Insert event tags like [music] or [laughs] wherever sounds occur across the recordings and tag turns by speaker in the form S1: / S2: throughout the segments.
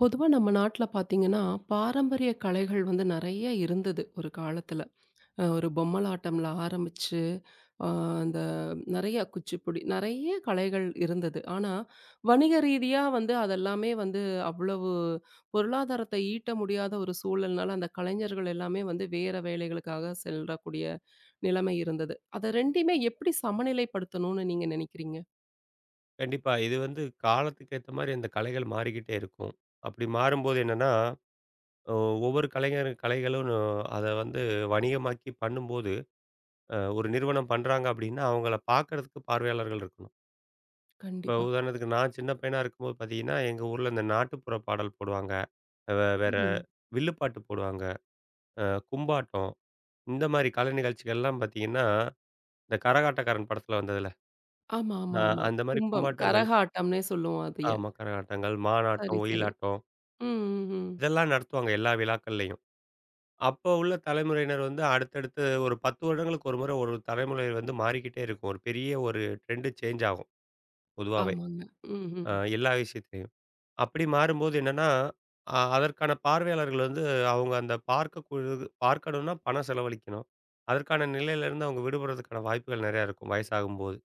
S1: பொதுவா நம்ம நாட்டுல பார்த்தீங்கன்னா, பாரம்பரிய கலைகள் வந்து நெறைய இருந்தது ஒரு காலத்துல. ஒரு பொம்மலாட்டம்ல ஆரம்பிச்சு, அ அந்த நெறைய குச்சிப்புடி நெறைய கலைகள் இருந்தது. ஆனா, வணிக ரீதியா வந்து அதெல்லாமே வந்து அவ்வளவு பொருளாதாரத்த ஈட்ட முடியாத ஒரு சூழல்னால, அந்த கலைஞர்கள் எல்லாமே வந்து வேற வேலைகளுக்காக செல்லக்கூடிய நிலைமை இருந்தது. அத 2யுமே எப்படி சமநிலைப்படுத்தணும்னு நீங்க நினைக்கிறீங்க?
S2: கண்டிப்பா. இது வந்து காலத்துக்கு ஏத்த மாரி அந்த கலைகள் மாறிக்கிட்டே இருக்கும். அப்படி மாறும்போது என்னன்னா, ஒ ஒவ்வொரு கலைஞர் கலைகளும் அத வந்து வணிகமாக்கி பண்ணும்போது, ஒரு நிறுவனம் பண்றாங்க அப்படின்னா, அவங்கள பார்க்கறதுக்கு பார்வையாளர்கள் இருக்கணும். இப்போ
S1: கண்டிப்பா.
S2: உதாரணத்துக்கு நான் சின்ன பையனா இருக்கும்போது பார்த்தீங்கன்னா, எங்க ஊர்ல இந்த நாட்டுப்புற பாடல் போடுவாங்க. வேற
S1: ம்.
S2: வில்லுப்பாட்டு போடுவாங்க. கும்பாட்டம். இந்த மாரி கலை நிகழ்ச்சிகள்லாம் பார்த்தீங்கன்னா, இந்த கரகாட்டக்காரன் படத்துல வந்ததுல,
S1: ஆமா,
S2: அ
S1: ஆமா, ஆமா.
S2: அந்த மாரி
S1: கும்பம்
S2: கும்பாட்டங்கள்
S1: கரகாட்டம்னே சொல்லுவோம் அதைய.
S2: ஆமா, கரகாட்டங்கள்,
S1: சரி,
S2: மானாட்டம்,
S1: சரி.
S2: ஒயிலாட்டம்
S1: ம், ம், ம்.
S2: இதெல்லாம் நடத்துவாங்க எல்லா விழாக்கள்லயும். அப்போ உள்ள தலைமுறையினர் வந்து அடுத்தடுத்து ஒரு 10 வருடங்களுக்கு ஒரு முறை ஒரு தலைமுறை வந்து மாறிக்கிட்டே இருக்கும். ஒரு பெரிய ஒரு ட்ரெண்ட் சேஞ்ச் ஆகும் பொதுவாவே.
S1: ஆமாங்க.
S2: அ
S1: ம்ஹ்ம்.
S2: எல்லா விஷயத்திலயும். அப்படி மாறும்போது என்னன்னா, அதற்கான பார்வையாளர்கள் வந்து அவங்க அந்த பார்க்கக்கூடது பார்க்கணும்னா பணம் செலவழிக்கணும். அதற்கான நிலையிலிருந்து அவங்க விடுபடுறதுக்கான வாய்ப்புகள் நெறையா இருக்கும் வயசாகும்போது.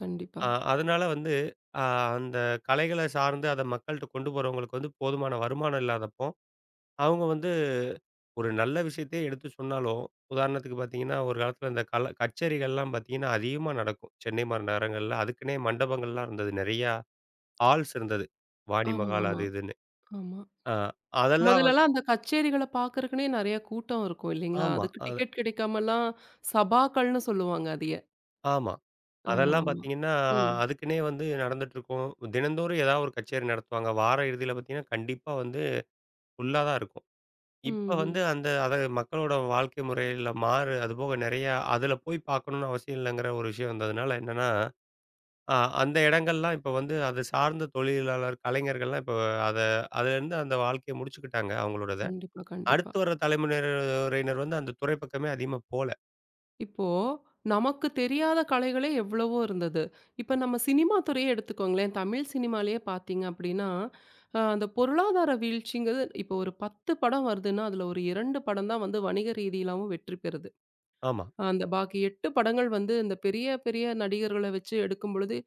S1: கண்டிப்பா.
S2: அதனால வந்து அ அந்த கலைகள சார்ந்து அத மக்கள்ட்ட கொண்டு போறவங்களுக்கு வந்து போதுமான வருமானம் இல்லாதப்போ, அவங்க வந்து ஒரு நல்ல விஷயத்தையே எடுத்து சொன்னாலும், உதாரணத்துக்கு பார்த்தீங்கன்னா, ஒரு காலத்தில இந்த கச்சேரிகள்லாம் பார்த்தீங்கன்னா, அதிகமா நடக்கும். சென்னை மாரி நகரங்கள்ல. அதுக்குன்னே மண்டபங்கள்லாம் இருந்தது. நெறையா ஹால்ஸ் இருந்தது. வாணி
S1: ஆமா,
S2: மகால்
S1: ஆமா,
S2: அது இதுன்னு.
S1: ஆமா.
S2: ஆ அதெல்லாம் வந்து
S1: முதல்லலாம் அந்த கச்சேரிகள பார்க்கறக்குன்னே நெறைய கூட்டம் இருக்கும் இல்லைங்களா?
S2: ஆமா.
S1: அதுக்கு
S2: அது
S1: டிக்கெட் கிடைக்காமலாம் சபாக்கள்னு சொல்லுவாங்க அதைய.
S2: ஆமா.
S1: ஆமா,
S2: அதெல்லாம்
S1: ஆமா.
S2: பார்த்தீங்கன்னா,
S1: ம்.
S2: அதுக்குன்னே வந்து நடந்துட்டுருக்கும். தினந்தோறும் ஏதாவது ஒரு கச்சேரி நடத்துவாங்க. வார இறுதியில பார்த்தீங்கன்னா, கண்டிப்பா வந்து ஃபுல்லா தான் இருக்கும். இப்ப
S1: ம்ஹ்ம்.
S2: வந்து அந்த அத மக்களோட வாழ்க்கை முறையில மாறு அதுபோக நெறையா அதில போய் பார்க்கணும்னு அவசியம் இல்லங்கிற ஒரு விஷயம் வந்ததுனால என்னன்னா ஆ அந்த இடங்கள்லாம் இப்ப வந்து அது சார்ந்த தொழிலாளர் கலைஞர்கள்லாம் இப்ப அத அதுலேருந்து அந்த வாழ்க்கைய முடிச்சுக்கிட்டாங்க அவங்களோடத.
S1: கண்டிப்பா, கண்டிப்பா.
S2: அடுத்து வர தலைமுறையினர் வந்து அந்த துறை பக்கமே அதிகமா போல.
S1: இப்போ நமக்கு தெரியாத கலைகளே எவ்வளவோ இருந்தது. இப்ப நம்ம சினிமா துறையே எடுத்துக்கோங்களேன். தமிழ் சினிமாலயே பார்த்தீங்க அப்படின்னா, அந்த பொருளாதார வீழ்ச்சிங்கிறது இப்போ ஒரு 10 படம் வருதுன்னா, அதுல ஒரு 2 படம் தான் வந்து வணிக ரீதியிலாவும் வெற்றி பெறுது.
S2: ஆமா.
S1: அந்த பாக்கி 8 படங்கள் வந்து இந்த பெரிய, பெரிய நடிகர்கள வச்சு எடுக்கும் பொழுது,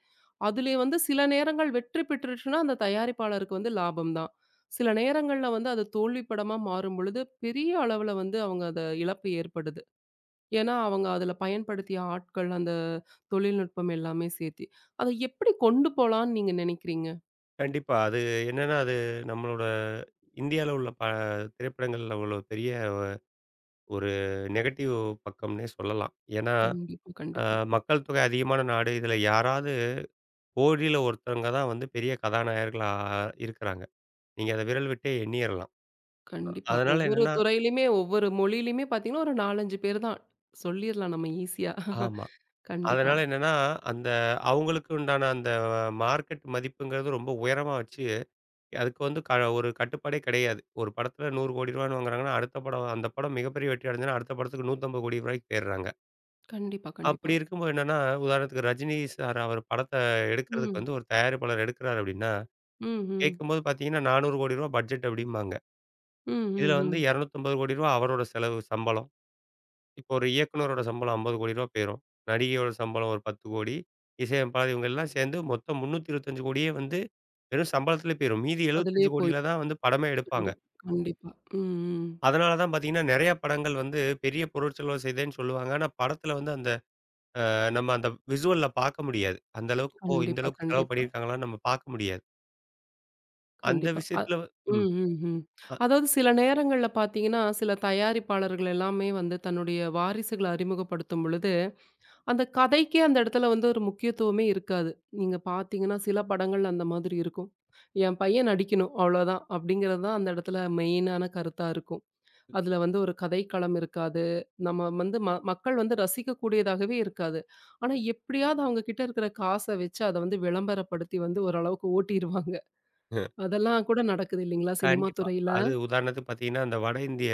S1: அதிலே வந்து சில நேரங்கள் வெற்றி பெற்றுச்சுன்னா, அந்த தயாரிப்பாளருக்கு வந்து லாபம் தான். சில நேரங்கள்ல வந்து அது தோல்வி படமா மாறும் பொழுது, பெரிய அளவுல வந்து அவங்க அத இழப்பு ஏற்படுது. ஏன்னா, அவங்க அதுல பயன்படுத்திய ஆட்கள், அந்த தொழில்நுட்பம் எல்லாமே சேர்த்தி. அத எப்படி கொண்டு போலான்னு நீங்க நினைக்கிறீங்க?
S2: கண்டிப்பா. அது என்னன்னா, அது நம்மளோட இந்தியால உள்ள திரைப்படங்கள்ல உள்ள பெரிய ஒரு நெகட்டிவ் பக்கம்னே சொல்லலாம். ஏன்னா,
S1: கண்டிப்பா,
S2: அ
S1: கண்டிப்பா,
S2: மக்கள் தொகை அதிகமான நாடு. இதுல யாராவது கோடியில ஒருத்தவங்க தான் வந்து பெரிய கதாநாயகர்களா இருக்கிறாங்க. நீங்க அத விரல் விட்டே எண்ணிறலாம்.
S1: கண்டிப்பா.
S2: அதனால
S1: ஒவ்வொரு
S2: என்னன்னா
S1: துறையிலயுமே, ஒவ்வொரு மொழியிலயுமே பார்த்தீங்கன்னா, ஒரு 4, 5 பேர் தான். சொல்லிர்லாம் நம்ம ஈஸியா.
S2: ஆமா.
S1: கண்டிப்பா,
S2: அதனால என்னன்னா, அந்த அவங்களுக்கு உண்டான அந்த மார்க்கெட் மதிப்புங்கிறது ரொம்ப உயரமா வச்சு, அதுக்கு வந்து ஒரு கட்டுப்பாடே கிடையாது. ஒரு படத்துல ரூ. 100,00,00,000 வாங்குறாங்கன்னா, அடுத்த படம் அந்த படம் மிகப்பெரிய வெற்றி அடைஞ்சதுன்னா, அடுத்த படத்துக்கு ரூ. 150,00,00,000க்கு போயிடுறாங்க.
S1: கண்டிப்பா,
S2: அப்படி
S1: கண்டிப்பா.
S2: இருக்கும்போது என்னன்னா, உதாரணத்துக்கு ரஜினி சார் அவர் படத்த எடுக்கிறதுக்கு
S1: ம்.
S2: வந்து ஒரு தயாரிப்பாளர் எடுக்கிறார் அப்படின்னா,
S1: ம், ம்.
S2: கேட்கும்போது பார்த்தீங்கன்னா, ரூ. 400,00,00,000 பட்ஜெட் அப்படிம்பாங்க.
S1: ம்,
S2: இதுல
S1: ம்,
S2: வந்து
S1: ம்.
S2: ரூ. 250,00,00,000 அவரோட செலவு, சம்பளம். இப்போ ஒரு இயக்குனரோட சம்பளம் ரூ. 50,00,00,000 போயிரும். நடிகையோட சம்பளம் ஒரு 10,00,00,000 இசையமைப்பாளர் இவங்க எல்லாம் சேர்ந்து மொத்தம் 325,00,00,000 வந்து வெறும் சம்பளத்திலே போயிரும். மீதி
S1: அதுலயே
S2: 75,00,00,000
S1: போய்
S2: தான் வந்து படமே எடுப்பாங்க.
S1: கண்டிப்பா, கண்டிப்பா. ம், ம்.
S2: அதனால தான் பார்த்தீங்கன்னா, நெறைய படங்கள் வந்து பெரிய பொருட்செலவு செய்தேன்னு சொல்லுவாங்க. ஆனா படத்தில வந்து அந்த நம்ம அந்த விசுவல்ல பார்க்க முடியாது. அந்த அளவுக்கு ஓ! இந்த
S1: கண்டிப்பா,
S2: அளவுக்கு செலவு
S1: கண்டிப்பா.
S2: பண்ணியிருக்காங்களான்னு நம்ம பார்க்க முடியாது. அந்த
S1: கண்டிப்பா.
S2: விஷயத்தில ம்.
S1: ம், ம், ம்.
S2: அ [laughs]
S1: அதாவது சில நேரங்கள்ல பார்த்தீங்கன்னா, சில தயாரிப்பாளர்கள் எல்லாமே வந்து தன்னுடைய வாரிசுகள அறிமுகப்படுத்தும் பொழுது, அந்த கதைக்கே அந்த இடத்துல வந்து ஒரு முக்கியத்துவமே இருக்காது. நீங்க பார்த்தீங்கன்னா, சில படங்கள் அந்த மாதிரி இருக்கும். என் பையன் நடிக்கணும் அவ்வளோதான் அப்படிங்கிறது தான் அந்த இடத்துல மெயினான கருத்தா இருக்கும். அதுல வந்து ஒரு கதைக்களம் இருக்காது. நம்ம வந்து மக்கள் வந்து ரசிக்கக்கூடியதாகவே இருக்காது. ஆனா எப்படியாவது அவங்க கிட்ட இருக்கிற காச வச்சு அத வந்து விளம்பரப்படுத்தி வந்து ஓரளவுக்கு ஓட்டிருவாங்க.
S2: அஹ்,
S1: அதெல்லாம் கூட நடக்குது இல்லைங்களா? சினிமா
S2: கண்டிப்பா.
S1: துறையில.
S2: அது உதாரணத்துக்கு பார்த்தீங்கன்னா, அந்த வட இந்திய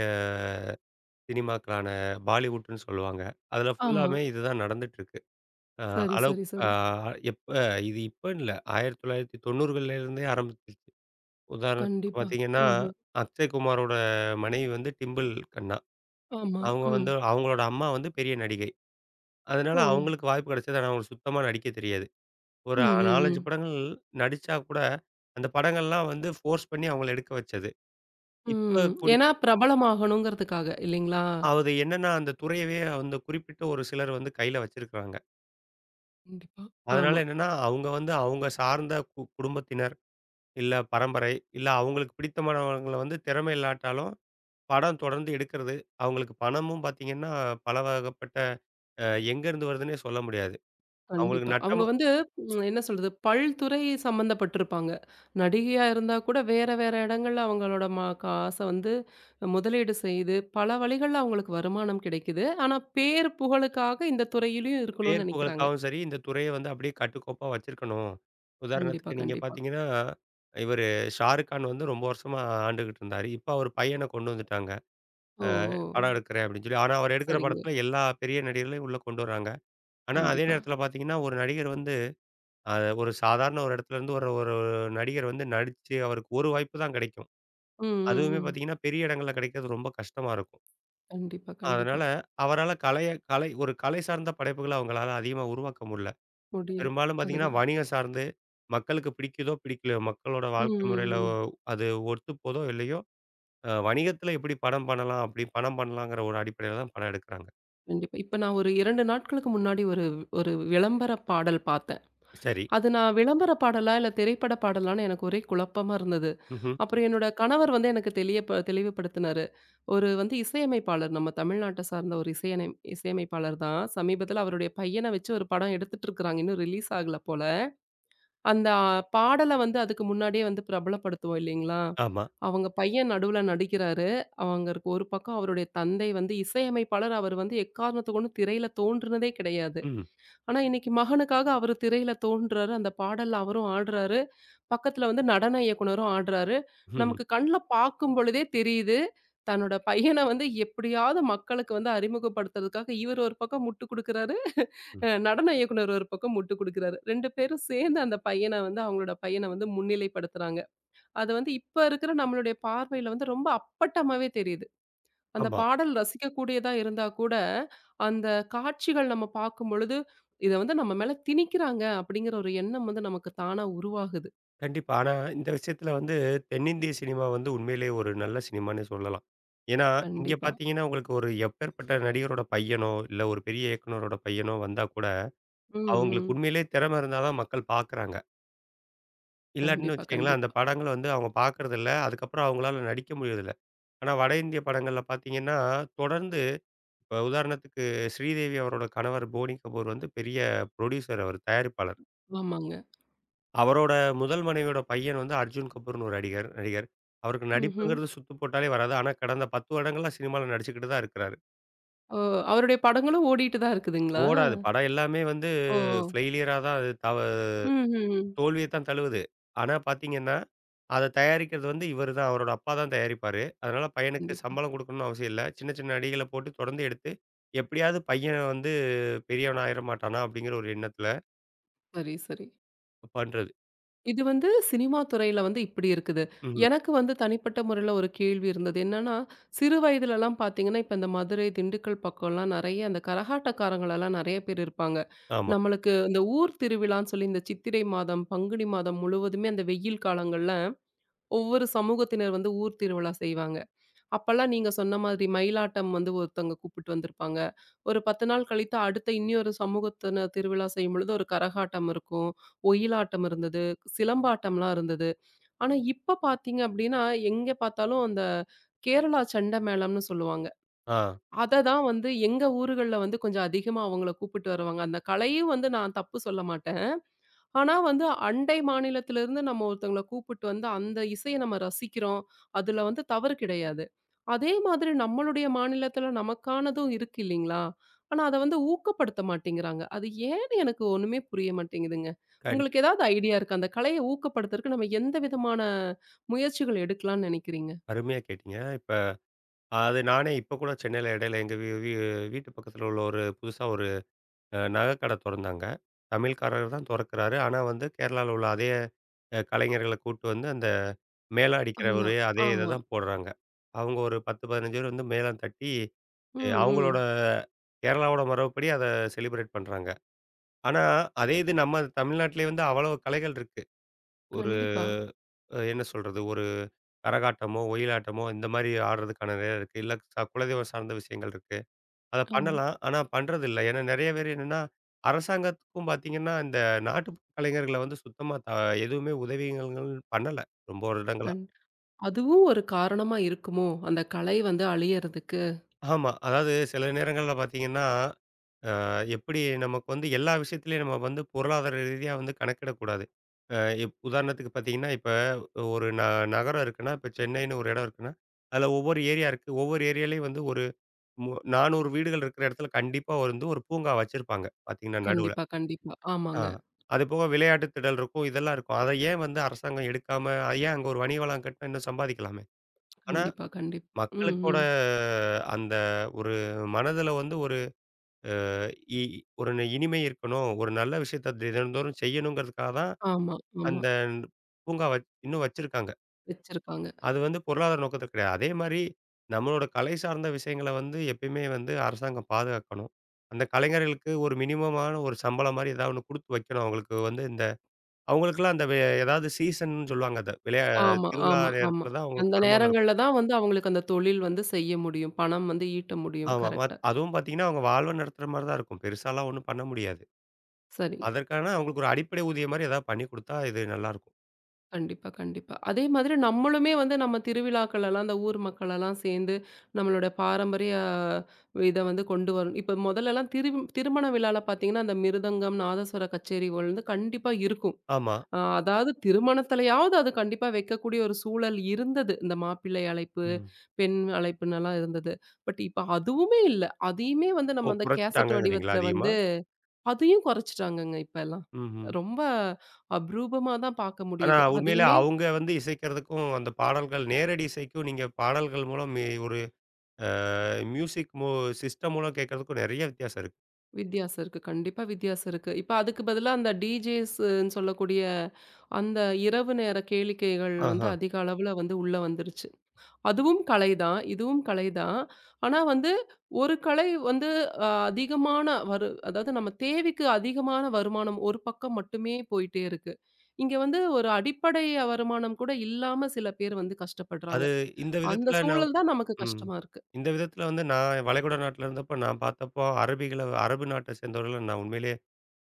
S2: சினிமாக்களான பாலிவுட்ன்னு சொல்லுவாங்க. அதில
S1: ஆமா.
S2: ஃபுல்லாமே இதுதான் நடந்துட்டு இருக்கு. அ
S1: சரி,
S2: அளவு
S1: சரி,
S2: அ
S1: சரி.
S2: எப்ப இது இப்பன்னு இல்ல. 1990கள்ல இருந்தே ஆரம்பிச்சிருச்சு. உதாரணத்துக்கு
S1: கண்டிப்பா.
S2: பார்த்தீங்கன்னா,
S1: ம்ஹ்ம்.
S2: அக்ஷய் குமாரோட மனைவி வந்து டிம்பிள் கண்ணா.
S1: ஆமா.
S2: அவங்க
S1: ம்.
S2: வந்து அவங்களோட அம்மா வந்து பெரிய நடிகை. அதனால
S1: ஓ!
S2: அவங்களுக்கு வாய்ப்பு கிடைச்சது. ஆனா அவங்களுக்கு சுத்தமா நடிக்க தெரியாது. ஒரு
S1: ம், ம்,
S2: 4, 5
S1: ம்.
S2: படங்கள் நடிச்சா கூட, அந்த படங்கள்லாம் வந்து ஃபோர்ஸ் பண்ணி அவங்கள எடுக்க வச்சது. இப்ப
S1: ம்.
S2: குறிப்
S1: ஏன்னா பிரபலமாகணுங்கிறதுக்காக இல்லைங்களா?
S2: அது என்னன்னா, அந்த துறையவே அந்த குறிப்பிட்ட ஒரு சிலர் வந்து கையில வச்சிருக்காங்க.
S1: கண்டிப்பா.
S2: அதனால
S1: ஆமா.
S2: என்னன்னா, அவங்க வந்து அவங்க சார்ந்த குடும்பத்தினர் இல்ல பரம்பரை, இல்ல அவங்களுக்கு பிடித்தமானவங்கள வந்து திறமை இல்லாட்டாலும், படம் தொடர்ந்து எடுக்கிறது. அவங்களுக்கு பணமும் பார்த்தீங்கன்னா, பல வகப்பட்ட அ எங்கேருந்து வருதுன்னே சொல்ல முடியாது. அவங்களுக்கு
S1: கண்டிப்பா. அவங்க
S2: நட்டமா
S1: வந்து ம் என்ன சொல்றது? பல்துறை சம்மந்தப்பட்டிருப்பாங்க. நடிகையா இருந்தா கூட வேற வேற இடங்கள்ல அவங்களோட காச வந்து முதலீடு செய்து பல வழிகள்ல அவங்களுக்கு வருமானம் கிடைக்குது. ஆனா பேர் புகழுக்காக இந்த துறையிலயும் இருக்கணும்னு
S2: பேர்
S1: நெனைக்கிறாங்க.
S2: புகழுக்காகவும் சரி, இந்த துறைய வந்து அப்படியே கட்டுக்கோப்பா வச்சிருக்கணும்.
S1: கண்டிப்பா,
S2: உதாரணத்துக்கு நீங்க
S1: கண்டிப்பா.
S2: பார்த்தீங்கன்னா, இவரு ஷாருக்கான் வந்து ரொம்ப வருஷமா ஆண்டுகிட்டு இருந்தாரு. இப்ப அவர் பையன கொண்டு வந்துட்டாங்க.
S1: ஓ! ஓ!
S2: படம் எடுக்கிறேன் அப்படின்னு சொல்லி. ஆனா அவர் எடுக்கிற
S1: சரிங்க.
S2: படத்துல எல்லா பெரிய நடிகர்களையும் உள்ள கொண்டு வராங்க. ஆனா அதே
S1: கண்டிப்பா.
S2: நேரத்துல பார்த்தீங்கன்னா, ஒரு நடிகர் வந்து அத ஒரு சாதாரண ஒரு இடத்துலேருந்து ஒரு ஒரு நடிகர் வந்து நடிச்சு அவருக்கு ஒரு வாய்ப்பு தான் கிடைக்கும்.
S1: ம், ம்,
S2: அதுவுமே
S1: ம்.
S2: பார்த்தீங்கன்னா, பெரிய இடங்கள்ல கிடைக்கிறது ரொம்ப கஷ்டமா இருக்கும்.
S1: கண்டிப்பா, கண்டிப்பா.
S2: அதனால அவரால கலைய கலை ஒரு கலை சார்ந்த படைப்புகள அவங்களால அதிகமா உருவாக்க முடியல.
S1: முடியல.
S2: பெரும்பாலும் பார்த்தீங்கன்னா,
S1: அதுதான்.
S2: வணிகம் சார்ந்து மக்களுக்கு பிடிக்குதோ, பிடிக்கலையோ மக்களோட
S1: ம்,
S2: வாழ்க்கை
S1: ம்,
S2: முறையில
S1: ம்.
S2: அது ஒத்து போதோ இல்லையோ, வணிகத்தில எப்படி படம் பண்ணலாம், அப்படி பணம் பண்ணலாங்கிற ஒரு அடிப்படையில தான் படம் எடுக்கிறாங்க.
S1: கண்டிப்பா. இப்ப நான் ஒரு 2 நாட்களுக்கு முன்னாடி ஒரு ஒரு விளம்பர பாடல் பார்த்தேன்.
S2: சரி.
S1: அது நான் விளம்பர பாடலா, இல்ல திரைப்பட பாடலான்னு எனக்கு ஒரே குழப்பமா இருந்தது.
S2: ம்ஹ்ம்.
S1: அப்புறம் என்னோட கணவர் வந்து எனக்கு தெளிவுபடுத்தினாரு. ஒரு வந்து இசையமைப்பாளர், நம்ம தமிழ்நாட்ட சார்ந்த ஒரு இசையமைப்பாளர் தான். சமீபத்தில அவருடைய பையன வச்சு ஒரு படம் எடுத்துட்டு இருக்காங்க. இன்னும் ரிலீஸ் ஆகல போல. அந்த பாடல வந்து அதுக்கு முன்னாடியே வந்து பிரபலப்படுத்துவோம் இல்லைங்களா?
S2: ஆமா.
S1: அவங்க பையன் நடுவுல நடிக்கிறாரு. அவங்களுக்கு ஒரு பக்கம் அவருடைய தந்தை வந்து இசையமைப்பாளர். அவர் வந்து எக்காரணத்தக் கொண்டும் திரையில தோன்றுனதே கிடையாது.
S2: ம்.
S1: ஆனா இன்னைக்கு மகனுக்காக அவரு திரையில தோன்றாரு. அந்த பாடல்ல அவரும் ஆடுறாரு. பக்கத்துல வந்து நடன இயக்குனரும் ஆடுறாரு.
S2: ஆமாம். ம்.
S1: நமக்கு கண்ல பார்க்கும் பொழுதே தெரியுது. தன்னோட பையன வந்து எப்படியாவது மக்களுக்கு வந்து அறிமுகப்படுத்துறதுக்காக இவர் ஒரு பக்கம் முட்டு குடுக்குறாரு.
S2: ம்.
S1: நடன இயக்குனர் ஒரு பக்கம் முட்டு குடுக்குறாரு. 2 பேரும் சேர்ந்து அந்த பையன வந்து அவங்களோட பையன வந்து முன்னிலைப்படுத்துறாங்க. அது வந்து இப்ப இருக்கிற நம்மளுடைய பார்வையில வந்து ரொம்ப அப்பட்டமாவே தெரியுது. அந்த
S2: ஆமா.
S1: பாடல் ரசிக்கக்கூடியதா இருந்தா கூட, அந்த காட்சிகள் நம்ம பார்க்கும்பொழுது, இத வந்து நம்ம மேல திணிக்கிறாங்க அப்படிங்கிற ஒரு எண்ணம் வந்து நமக்கு தானா உருவாகுது.
S2: கண்டிப்பா. ஆனா, இந்த விஷயத்துல வந்து தென்னிந்திய சினிமா வந்து உண்மையிலேயே ஒரு நல்ல சினிமான்னே சொல்லலாம். ஏன்னா, இங்க
S1: கண்டிப்பா.
S2: பாத்தீங்கன்னா, உங்களுக்கு ஒரு எப்பேர்ப்பட்ட நடிகரோட பையனோ, இல்ல ஒரு பெரிய இயக்குனரோட பையனோ வந்தா கூட,
S1: ம்,
S2: அவங்களுக்கு
S1: ம்.
S2: உண்மையிலேயே திறமை இருந்தா தான் மக்கள் பாக்குறாங்க. இல்லாட்டின்னு
S1: கண்டிப்பா,
S2: வச்சுக்கங்களேன், அந்த
S1: கண்டிப்பா.
S2: படங்கள வந்து அவங்க பாக்குறதில்ல. அதுக்கப்புறம் அவங்களால நடிக்க முடியறதில்ல. ஆனா, வட இந்திய படங்கள்ல பாத்தீங்கன்னா, தொடர்ந்து இப்ப உதாரணத்துக்கு ஸ்ரீதேவி அவரோட கணவர் போனி கபூர் வந்து பெரிய புரொடியூசர் அவர், தயாரிப்பாளர்.
S1: ஆமாங்க.
S2: அவரோட முதல் மனைவியோட பையன் வந்து அர்ஜுன் கபூர்ன்னு ஒரு நடிகர் நடிகர். அவருக்கு
S1: ம்ஹ்ம்.
S2: நடிப்புங்கிறது சுத்து போட்டாலே வராது. ஆனா கடந்த 10 வருடங்களா சினிமால நடிச்சுக்கிட்டு தான் இருக்கிறாரு.
S1: ஓ! அவருடைய படங்களும் ஓடிட்டு தான் இருக்குதுங்களா?
S2: ஓடாது. படம் எல்லாமே வந்து
S1: ஓ!
S2: ஃபெயிலியரா தான் அது தவ
S1: ம், ம், ம்.
S2: தோல்விய தான் தழுவுது. ஆனா பார்த்தீங்கன்னா, அத தயாரிக்கிறது வந்து இவரு தான். அவரோட அப்பா தான் தயாரிப்பாரு. அதனால பையனுக்கு
S1: கண்டிப்பா.
S2: சம்பளம் குடுக்கணும்னு அவசியம் இல்ல. சின்ன சின்ன நடிகைகள போட்டு தொடர்ந்து எடுத்து, எப்படியாவது பையன் வந்து பெரியவன் ஆயிற மாட்டானா? அப்படிங்கிற ஒரு எண்ணத்துல
S1: சரி, சரி.
S2: பண்றது.
S1: இது வந்து சினிமா துறையில வந்து இப்படி இருக்குது.
S2: ம்.
S1: எனக்கு வந்து தனிப்பட்ட முறையில ஒரு கேள்வி இருந்தது. என்னன்னா, சிறு வயதிலலாம் பார்த்தீங்கன்னா, இப்ப இந்த மதுரை, திண்டுக்கல் பக்கம்லாம் நெறைய அந்த கரகாட்டக்காரங்களலாம் நெறைய பேர் இருப்பாங்க.
S2: ஆமா.
S1: நம்மளுக்கு இந்த ஊர் திருவிழான்னு சொல்லி இந்த சித்திரை மாதம், பங்குனி மாதம் முழுவதுமே அந்த வெயில் காலங்கள்ல ஒவ்வொரு சமூகத்தினர் வந்து ஊர் திருவிழா செய்வாங்க. அப்பல்லாம் நீங்க சொன்ன மாதிரி மயிலாட்டம் வந்து ஒருத்தவங்க கூப்பிட்டு வந்திருப்பாங்க. ஒரு 10 நாள் கழித்து அடுத்த இன்னியொரு சமூகத்தின திருவிழா செய்யும்பொழுது ஒரு கரகாட்டம் இருக்கும். ஒயிலாட்டம் இருந்தது. சிலம்பாட்டம்லாம் இருந்தது. ஆனா இப்ப பார்த்தீங்க அப்டின்னா, எங்க பார்த்தாலும் அந்த கேரளா செண்டமேளம்னு சொல்லுவாங்க.
S2: ஆ.
S1: அத தான் வந்து எங்க ஊர்கள்ல வந்து கொஞ்சம் அதிகமா அவங்கள கூப்பிட்டு வருவாங்க. அந்த கலையும் வந்து நான் தப்பு சொல்ல மாட்டேன். ஆனா வந்து அண்டை மாநிலத்திலிருந்து நம்ம ஒருத்தங்கள கூப்பிட்டு வந்து அந்த இசைய நம்ம ரசிக்கிறோம். அதுல வந்து தவறு கிடையாது. அதே மாதிரி நம்மளுடைய மாநிலத்தில நமக்கானதும் இருக்கு இல்லீங்களா? ஆனா அத வந்து ஊக்கப்படுத்த மாட்டேங்கிறாங்க. அது ஏன்னு எனக்கு ஒண்ணுமே புரிய மாட்டேங்குதுங்க.
S2: கண்டி
S1: உங்களுக்கு ஏதாவது ஐடியா இருக்கா? அந்த கலைய ஊக்கப்படுத்துறதுக்கு நம்ம எந்த விதமான முயற்சிகள் எடுக்கலாம்னு நெனைக்கிறீங்க?
S2: அருமையா கேட்டீங்க. இப்ப அது நானே இப்ப கூட சென்னையில இடையில எங்க வீ வீ வீட்டு பக்கத்துல உள்ள ஒரு புதுசா ஒரு நகைக்கடை தொறந்தாங்க. தமிழ்காரர் தான் தொறக்கிறாரு. ஆனா வந்து கேரளால உள்ள அதே கலைஞர்கள கூட்டு வந்து அந்த மேளம் அடிக்கிற ஒரே
S1: அதான்.
S2: அதே இத
S1: ஆமா.
S2: தான் போடுறாங்க. அவங்க ஒரு 10, 15 பேர் வந்து மேளம் தட்டி
S1: ம்,
S2: அவங்களோட
S1: ம்.
S2: கேரளாவோட மரபுப்படி அத செலிப்ரேட் பண்றாங்க. ஆனா அதே இது நம்ம தமிழ்நாட்டிலே வந்து அவ்வளவு கலைகள் இருக்கு. ஒரு
S1: கண்டிப்பா.
S2: என்ன சொல்றது? ஒரு கரகாட்டமோ, ஒயிலாட்டமோ இந்த மாரி ஆடுறதுக்கான நிறைய இருக்கு. இல்ல குலதெய்வம் சார்ந்த விஷயங்கள் இருக்கு. அத
S1: ஆமா.
S2: பண்ணலாம். ஆனா பண்றதில்ல. ஏன்னா நெறைய பேர் என்னன்னா, அரசாங்கத்துக்கும் பார்த்தீங்கன்னா, இந்த நாட்டுப்புற கலைஞர்கள வந்து சுத்தமா எதுவுமே உதவிகள் பண்ணல. ரொம்ப வருடங்களா.
S1: கண் அதுவும் ஒரு காரணமா இருக்குமோ? அந்த கலை வந்து அழியறதுக்கு.
S2: ஆமா. அதாவது சில நேரங்கள்ல பார்த்தீங்கன்னா, எப்படி நமக்கு வந்து எல்லா விஷயத்திலயும் நம்ம வந்து பொருளாதார ரீதியா வந்து கணக்கிடக்கூடாது. அ இப் உதாரணத்துக்கு பார்த்தீங்கன்னா, இப்ப ஒரு நகரம் இருக்குன்னா, இப்ப சென்னைன்னு ஒரு இடம் இருக்குன்னா, அதுல ஒவ்வொரு ஏரியா இருக்கு. ஒவ்வொரு ஏரியாலயும் வந்து ஒரு மு 400 வீடுகள் இருக்கிற இடத்துல கண்டிப்பா வந்து ஒரு பூங்கா வச்சிருப்பாங்க. பார்த்தீங்கன்னா நடுவுல.
S1: கண்டிப்பா, கண்டிப்பா.
S2: ஆ.
S1: ஆமாங்க.
S2: அதுபோக விளையாட்டு திடல் இருக்கும். இதெல்லாம் இருக்கும். அத ஏன் வந்து அரசாங்கம் எடுக்காம, அத ஏன் அங்க ஒரு வணிக வளாகம் கட்டினா இன்னும் சம்பாதிக்கலாமே! ஆனா,
S1: கண்டிப்பா, கண்டிப்பா. ம்,
S2: மக்களுக்கோட
S1: ம்.
S2: அந்த ஒரு மனதுல வந்து ஒரு இ ஒரு ந- இனிமை இருக்கணும். ஒரு நல்ல விஷயத்த தினந்தோறும் செய்யணுங்கிறதுக்காக தான்
S1: ஆமா, ஆமா.
S2: அந்த பூங்கா வச் இன்னும் வச்சிருக்காங்க.
S1: வச்சிருக்காங்க.
S2: அது வந்து பொருளாதார நோக்கத்தில கிடையாது. அதேமாரி நம்மளோட கலை சார்ந்த விஷயங்கள வந்து எப்பயுமே வந்து அரசாங்கம் பாதுகாக்கணும். அந்த கலைஞர்களுக்கு ஒரு மினிமமான ஒரு சம்பளம் மாரி ஏதாவது ஒண்ணு குடுத்து வைக்கணும். அவங்களுக்கு வந்து இந்த அவங்களுக்கெல்லாம் அந்த ஏதாவது சீசன்னு சொல்லுவாங்க அத.
S1: ஆமா,
S2: திருவிழா
S1: ஆமா, ஆமா.
S2: நேரத்தில தான்
S1: அந்த
S2: அவங்களுக்கு வருமானம் இருக்கும்.
S1: நேரங்கள்ல தான் வந்து அவங்களுக்கு அந்த தொழில் வந்து செய்ய முடியும். பணம் வந்து ஈட்ட முடியும்.
S2: ஆமா.
S1: கரெக்ட்டா.
S2: அதுவும் பார்த்தீங்கன்னா, அவங்க வாழ்வ நடத்துற மாரி தான் இருக்கும். பெருசாலாம் ஒண்ணும் பண்ண முடியாது.
S1: சரி.
S2: அதற்கான அவங்களுக்கு ஒரு அடிப்படை ஊதியம் மாரி ஏதாவது பண்ணி குடுத்தா, இது நல்லாருக்கும்.
S1: கண்டிப்பா, கண்டிப்பா. அதே மாதிரி நம்மளுமே வந்து நம்ம திருவிழாக்கள் எல்லாம் அந்த ஊர் மக்கள் எல்லாம் சேர்ந்து நம்மளோட பாரம்பரிய இத வந்து கொண்டு வரணும். இப்ப மொதல்லலாம் திருமண விழால பார்த்தீங்கன்னா, அந்த மிருதங்கம், நாதஸ்வர கச்சேரி வந்து கண்டிப்பா இருக்கும்.
S2: ஆமா.
S1: அதாவது திருமணத்திலயாவது அது கண்டிப்பா வைக்கக்கூடிய ஒரு சூழல் இருந்தது. இந்த மாப்பிள்ளை அழைப்பு,
S2: ம்.
S1: பெண் அழைப்புன்னலாம் இருந்தது. பட் இப்ப அதுவுமே இல்ல. அதையுமே வந்து
S2: ஓ!
S1: நம்ம அந்த கேசட்
S2: குறைச்சுட்டாங்கங்கிறீங்களா
S1: வடிவத்துல
S2: அதிகமா?
S1: வந்து அதையும் குறைச்சுட்டாங்கங்க இப்பல்லாம்.
S2: ம்ஹ்ம்.
S1: ரொம்ப அபரூபமா தான் பார்க்க
S2: ஆனா
S1: முடியுது.
S2: உண்மையிலே
S1: அதையுமே
S2: அவங்க வந்து இசைக்கிறதுக்கும், அந்த பாடல்கள் நேரடி இசைக்கும், நீங்க பாடல்கள் மூலம் ஒரு அ மியூசிக் மு சிஸ்டம் மூலம் கேட்கறதுக்கும் நெறைய வித்தியாசம் இருக்கு.
S1: வித்தியாசம் இருக்கு. கண்டிப்பா வித்தியாசம் இருக்கு. இப்ப அதுக்கு பதிலா அந்த டிஜேஸ்ன்னு சொல்லக்கூடிய அந்த இரவு நேர கேளிக்கைகள் வந்து
S2: ஆஹா.
S1: அதிக அளவுல வந்து உள்ள வந்துருச்சு. அதுவும் கலைதான். இதுவும் கலைதான். ஆனா வந்து ஒரு கலை வந்து அ அதிகமான வரு அதாவது நம்ம தேவைக்கு அதிகமான வருமானம் ஒரு பக்கம் மட்டுமே போயிட்டே இருக்கு. இங்க வந்து ஒரு அடிப்படை வருமானம் கூட இல்லாம சில பேர் வந்து கஷ்டப்படுறாங்க.
S2: அது இந்த
S1: அந்த
S2: விதத்தில நான்
S1: சூழல் தான் நமக்கு
S2: ம்.
S1: கஷ்டமா இருக்கு.
S2: இந்த விதத்தில வந்து நான் வளைகுடா நாட்டில இருந்தப்ப நான் பார்த்தப்போ, அரபிகள அரபு நாட்ட சேர்ந்தவர்கள நான் உண்மையிலேயே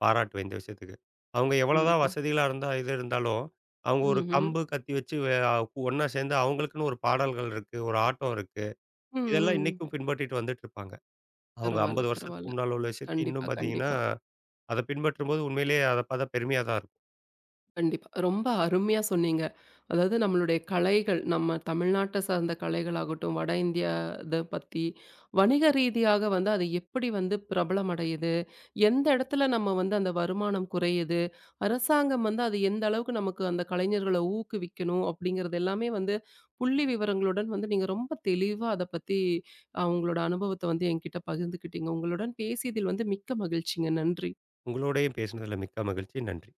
S2: பாராட்டுவேன் இந்த விஷயத்துக்கு. அவங்க எவ்வளோதான்
S1: கண்டிப்பா.
S2: வசதிகளா இருந்தா இது இருந்தாலும், அவங்க ஒரு
S1: ம்ஹ்ம்.
S2: கம்பு, கத்தி வச்சு ஒண்ணா சேர்ந்து அவங்களுக்குன்னு ஒரு பாடல்கள் இருக்கு, ஒரு ஆட்டம் இருக்கு.
S1: ம்,
S2: இதெல்லாம்
S1: ம்.
S2: இன்னைக்கும் பின்பற்றிட்டு வந்துட்டு இருப்பாங்க. அவங்க
S1: பரவால்ல,
S2: 50 வருஷத்துக்கு
S1: பரவால்ல.
S2: முன்னால உள்ள விஷயத்த
S1: கண்டிப்பா,
S2: இன்னும் பார்த்தீங்கன்னா,
S1: கண்டிப்பா.
S2: அத பின்பற்றும்போது உண்மையிலேயே அத பார்த்தா பெருமையா தான் இருக்கும்.
S1: கண்டிப்பா. ரொம்ப அருமையா சொன்னீங்க. அதாவது நம்மளுடைய கலைகள், நம்ம தமிழ்நாட்ட சார்ந்த கலைகளாகட்டும், வட இந்தியா இத பத்தி, வணிக ரீதியாக வந்து அது எப்படி வந்து பிரபலமடையுது? எந்த இடத்துல நம்ம வந்து அந்த வருமானம் குறையுது? அரசாங்கம் வந்து அது எந்த அளவுக்கு நமக்கு அந்த கலைஞர்கள ஊக்குவிக்கணும்? அப்படிங்கிறது எல்லாமே வந்து புள்ளி விவரங்களுடன் வந்து நீங்க ரொம்ப தெளிவா அத பத்தி உங்களோட அனுபவத்த வந்து என்கிட்ட பகிர்ந்துக்கிட்டீங்க. உங்களுடன் பேசியதில் வந்து மிக்க மகிழ்ச்சிங்க. நன்றி.
S2: உங்களோடையும் பேசினதுல மிக்க மகிழ்ச்சி. நன்றி.